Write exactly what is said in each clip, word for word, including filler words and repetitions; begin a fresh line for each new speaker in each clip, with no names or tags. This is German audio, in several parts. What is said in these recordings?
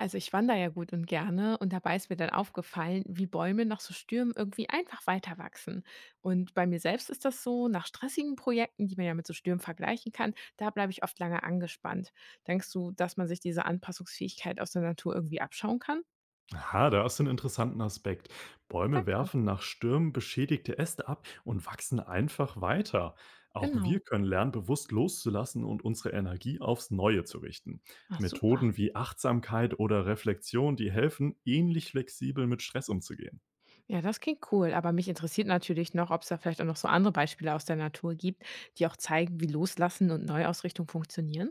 Also ich wandere ja gut und gerne und dabei ist mir dann aufgefallen, wie Bäume nach so Stürmen irgendwie einfach weiter wachsen. Und bei mir selbst ist das so, nach stressigen Projekten, die man ja mit so Stürmen vergleichen kann, da bleibe ich oft lange angespannt. Denkst du, dass man sich diese Anpassungsfähigkeit aus der Natur irgendwie abschauen kann?
Aha, da hast du 'nen interessanten Aspekt. Bäume
Danke.
werfen nach Stürmen beschädigte Äste ab und wachsen einfach weiter. Auch
Genau.
wir können lernen, bewusst loszulassen und unsere Energie aufs Neue zu richten.
Ach super.
Methoden wie Achtsamkeit oder Reflexion, die helfen, ähnlich flexibel mit Stress umzugehen.
Ja, das klingt cool. Aber mich interessiert natürlich noch, ob es da vielleicht auch noch so andere Beispiele aus der Natur gibt, die auch zeigen, wie Loslassen und Neuausrichtung funktionieren.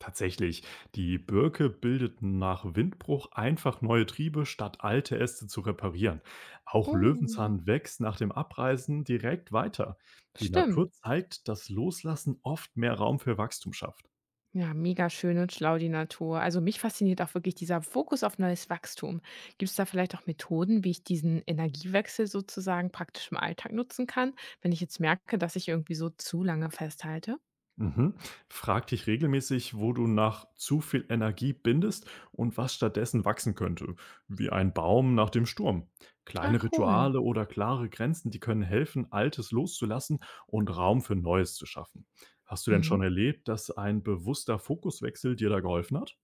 Tatsächlich, die Birke bildet nach Windbruch einfach neue Triebe, statt alte Äste zu reparieren. Auch
Oh,
Löwenzahn wächst nach dem Abreißen direkt weiter. Die
stimmt.
Natur zeigt, dass Loslassen oft mehr Raum für Wachstum schafft.
Ja, mega schön und schlau die Natur. Also mich fasziniert auch wirklich dieser Fokus auf neues Wachstum. Gibt es da vielleicht auch Methoden, wie ich diesen Energiewechsel sozusagen praktisch im Alltag nutzen kann, wenn ich jetzt merke, dass ich irgendwie so zu lange festhalte?
Mhm. Frag dich regelmäßig, wo du nach zu viel Energie bindest und was stattdessen wachsen könnte, wie ein Baum nach dem Sturm.
Ah,
Kleine
cool.
Rituale oder klare Grenzen, die können helfen, Altes loszulassen und Raum für Neues zu schaffen. Hast du denn schon
Mhm.
erlebt, dass ein bewusster Fokuswechsel dir da geholfen hat?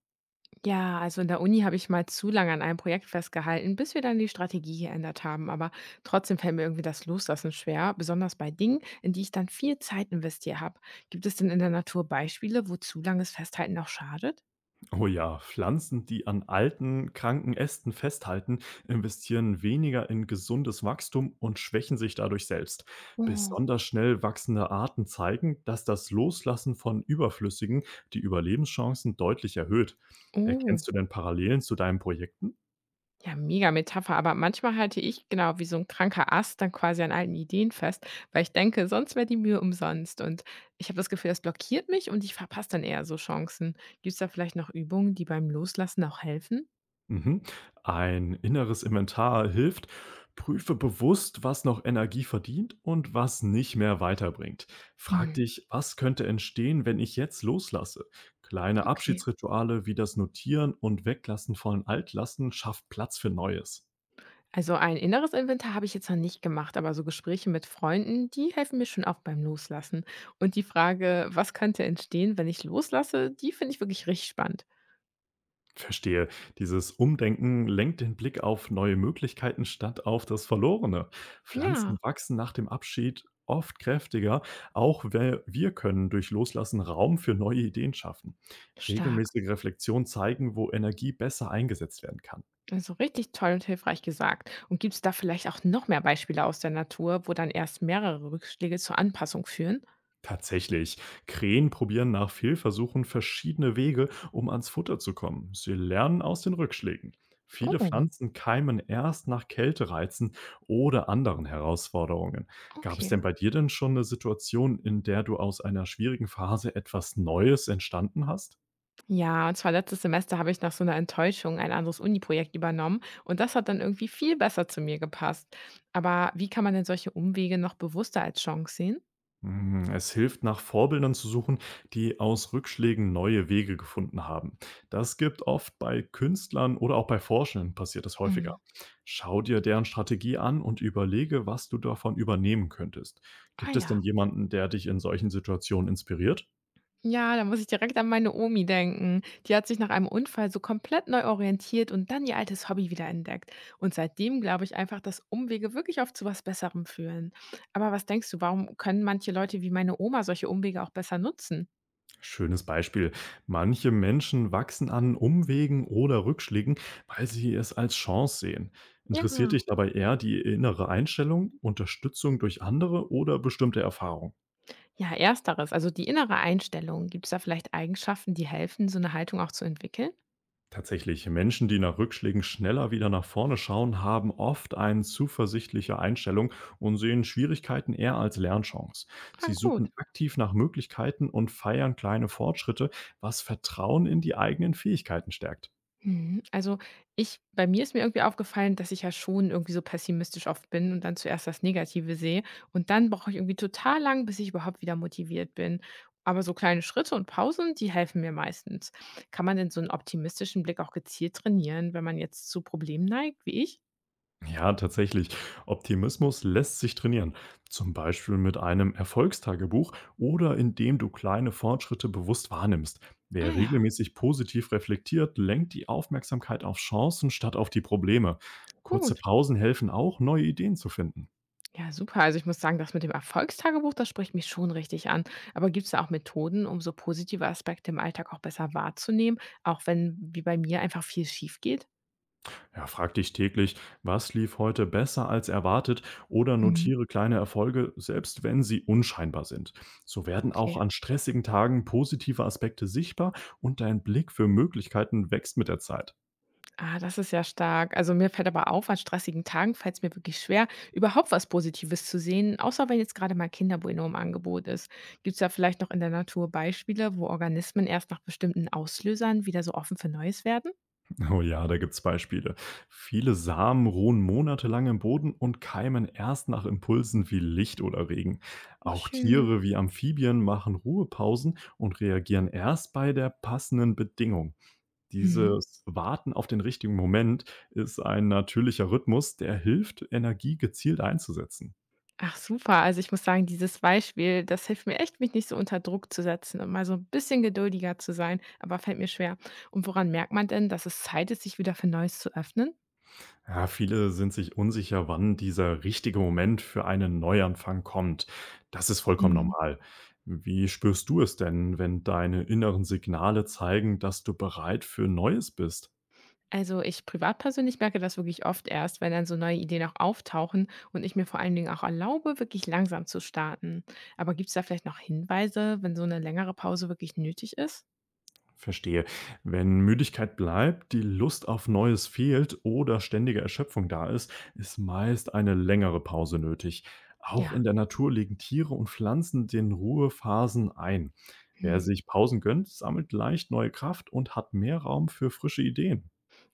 Ja, also in der Uni habe ich mal zu lange an einem Projekt festgehalten, bis wir dann die Strategie geändert haben. Aber trotzdem fällt mir irgendwie das Loslassen schwer, besonders bei Dingen, in die ich dann viel Zeit investiert habe. Gibt es denn in der Natur Beispiele, wo zu langes Festhalten auch schadet?
Oh ja, Pflanzen, die an alten, kranken Ästen festhalten, investieren weniger in gesundes Wachstum und schwächen sich dadurch selbst.
Oh.
Besonders schnell wachsende Arten zeigen, dass das Loslassen von Überflüssigen die Überlebenschancen deutlich erhöht.
Oh.
Erkennst du denn Parallelen zu deinen Projekten?
Ja, mega Metapher, aber manchmal halte ich, genau, wie so ein kranker Ast dann quasi an alten Ideen fest, weil ich denke, sonst wäre die Mühe umsonst und ich habe das Gefühl, das blockiert mich und ich verpasse dann eher so Chancen. Gibt es da vielleicht noch Übungen, die beim Loslassen auch helfen?
Mhm. Ein inneres Inventar hilft. Prüfe bewusst, was noch Energie verdient und was nicht mehr weiterbringt. Frag
Mhm,
dich, was könnte entstehen, wenn ich jetzt loslasse? Kleine
okay.
Abschiedsrituale wie das Notieren und Weglassen von Altlasten schafft Platz für Neues.
Also, ein inneres Inventar habe ich jetzt noch nicht gemacht, aber so Gespräche mit Freunden, die helfen mir schon auch beim Loslassen. Und die Frage: „Was könnte entstehen, wenn ich loslasse?“, die finde ich wirklich richtig spannend.
Verstehe. Dieses Umdenken lenkt den Blick auf neue Möglichkeiten statt auf das Verlorene.
Ja.
Pflanzen wachsen nach dem Abschied oft kräftiger, auch we- wir können durch Loslassen Raum für neue Ideen schaffen.
Stark.
Regelmäßige Reflexionen zeigen, wo Energie besser eingesetzt werden kann.
Also richtig toll und hilfreich gesagt. Und gibt es da vielleicht auch noch mehr Beispiele aus der Natur, wo dann erst mehrere Rückschläge zur Anpassung führen?
Tatsächlich. Krähen probieren nach Fehlversuchen verschiedene Wege, um ans Futter zu kommen. Sie lernen aus den Rückschlägen. Viele
Oh,
Pflanzen keimen erst nach Kältereizen oder anderen Herausforderungen. Gab es
okay.
denn bei dir denn schon eine Situation, in der du aus einer schwierigen Phase etwas Neues entstanden hast?
Ja, und zwar letztes Semester habe ich nach so einer Enttäuschung ein anderes Uni-Projekt übernommen und das hat dann irgendwie viel besser zu mir gepasst. Aber wie kann man denn solche Umwege noch bewusster als Chance sehen?
Hm, es hilft, nach Vorbildern zu suchen, die aus Rückschlägen neue Wege gefunden haben. Das gibt oft bei Künstlern oder auch bei Forschenden passiert das häufiger.
Mhm.
Schau dir deren Strategie an und überlege, was du davon übernehmen könntest.
Ah
Gibt es denn
ja.
jemanden, der dich in solchen Situationen inspiriert?
Ja, da muss ich direkt an meine Omi denken. Die hat sich nach einem Unfall so komplett neu orientiert und dann ihr altes Hobby wieder entdeckt. Und seitdem glaube ich einfach, dass Umwege wirklich oft zu was Besserem führen. Aber was denkst du, warum können manche Leute wie meine Oma solche Umwege auch besser nutzen?
Schönes Beispiel. Manche Menschen wachsen an Umwegen oder Rückschlägen, weil sie es als Chance sehen.
Ja,
Interessiert dich dabei eher die innere Einstellung, Unterstützung durch andere oder bestimmte Erfahrungen?
ja, ersteres, also die innere Einstellung. Gibt es da vielleicht Eigenschaften, die helfen, so eine Haltung auch zu entwickeln?
Tatsächlich, Menschen, die nach Rückschlägen schneller wieder nach vorne schauen, haben oft eine zuversichtliche Einstellung und sehen Schwierigkeiten eher als Lernchance.
Ah,
Sie
gut.
suchen aktiv nach Möglichkeiten und feiern kleine Fortschritte, was Vertrauen in die eigenen Fähigkeiten stärkt.
Mhm. Also, ich bei mir ist mir irgendwie aufgefallen, dass ich ja schon irgendwie so pessimistisch oft bin und dann zuerst das Negative sehe und dann brauche ich irgendwie total lang, bis ich überhaupt wieder motiviert bin. Aber so kleine Schritte und Pausen, die helfen mir meistens. Kann man denn so einen optimistischen Blick auch gezielt trainieren, wenn man jetzt zu Problemen neigt, wie ich?
Ja, tatsächlich. Optimismus lässt sich trainieren. Zum Beispiel mit einem Erfolgstagebuch oder indem du kleine Fortschritte bewusst wahrnimmst.
Ah
Wer
ja,
regelmäßig positiv reflektiert, lenkt die Aufmerksamkeit auf Chancen statt auf die Probleme. Kurze
gut.
Pausen helfen auch, neue Ideen zu finden.
Ja, super. Also, ich muss sagen, das mit dem Erfolgstagebuch, das spricht mich schon richtig an. Aber gibt es da auch Methoden, um so positive Aspekte im Alltag auch besser wahrzunehmen, auch wenn wie bei mir einfach viel schief geht?
Ja, frag dich täglich, was lief heute besser als erwartet oder
Mhm.
notiere kleine Erfolge, selbst wenn sie unscheinbar sind. So werden auch
Okay.
an stressigen Tagen positive Aspekte sichtbar und dein Blick für Möglichkeiten wächst mit der Zeit.
Ah, das ist ja stark. Also mir fällt aber auf, an stressigen Tagen fällt es mir wirklich schwer, überhaupt was Positives zu sehen, außer wenn jetzt gerade mal Kinderbueno im Angebot ist. Gibt es da vielleicht noch in der Natur Beispiele, wo Organismen erst nach bestimmten Auslösern wieder so offen für Neues werden?
Oh ja, da gibt's Beispiele. Viele Samen ruhen monatelang im Boden und keimen erst nach Impulsen wie Licht oder Regen.
Oh,
Auch
schön.
Tiere wie Amphibien machen Ruhepausen und reagieren erst bei der passenden Bedingung.
Mhm.
Dieses Warten auf den richtigen Moment ist ein natürlicher Rhythmus, der hilft, Energie gezielt einzusetzen.
Ach super, also ich muss sagen, dieses Beispiel, das hilft mir echt, mich nicht so unter Druck zu setzen und mal so ein bisschen geduldiger zu sein, aber fällt mir schwer. Und woran merkt man denn, dass es Zeit ist, sich wieder für Neues zu öffnen?
Ja, viele sind sich unsicher, wann dieser richtige Moment für einen Neuanfang kommt. Das ist vollkommen
Mhm.
normal. Wie spürst du es denn, wenn deine inneren Signale zeigen, dass du bereit für Neues bist?
Also ich privat persönlich merke das wirklich oft erst, wenn dann so neue Ideen auch auftauchen und ich mir vor allen Dingen auch erlaube, wirklich langsam zu starten. Aber gibt es da vielleicht noch Hinweise, wenn so eine längere Pause wirklich nötig ist?
Verstehe. Wenn Müdigkeit bleibt, die Lust auf Neues fehlt oder ständige Erschöpfung da ist, ist meist eine längere Pause nötig. Auch
Ja.
in der Natur legen Tiere und Pflanzen den Ruhephasen ein. Wer
Hm.
sich Pausen gönnt, sammelt leicht neue Kraft und hat mehr Raum für frische Ideen.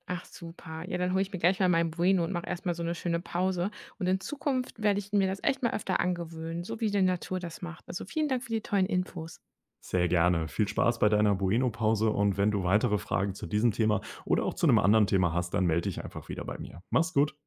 Ach super. Ja, dann hole ich mir gleich mal mein Bueno und mache erstmal so eine schöne Pause. Und in Zukunft werde ich mir das echt mal öfter angewöhnen, so wie die Natur das macht. Also vielen Dank für die tollen Infos.
Sehr gerne. Viel Spaß bei deiner Bueno-Pause und wenn du weitere Fragen zu diesem Thema oder auch zu einem anderen Thema hast, dann melde dich einfach wieder bei mir. Mach's gut.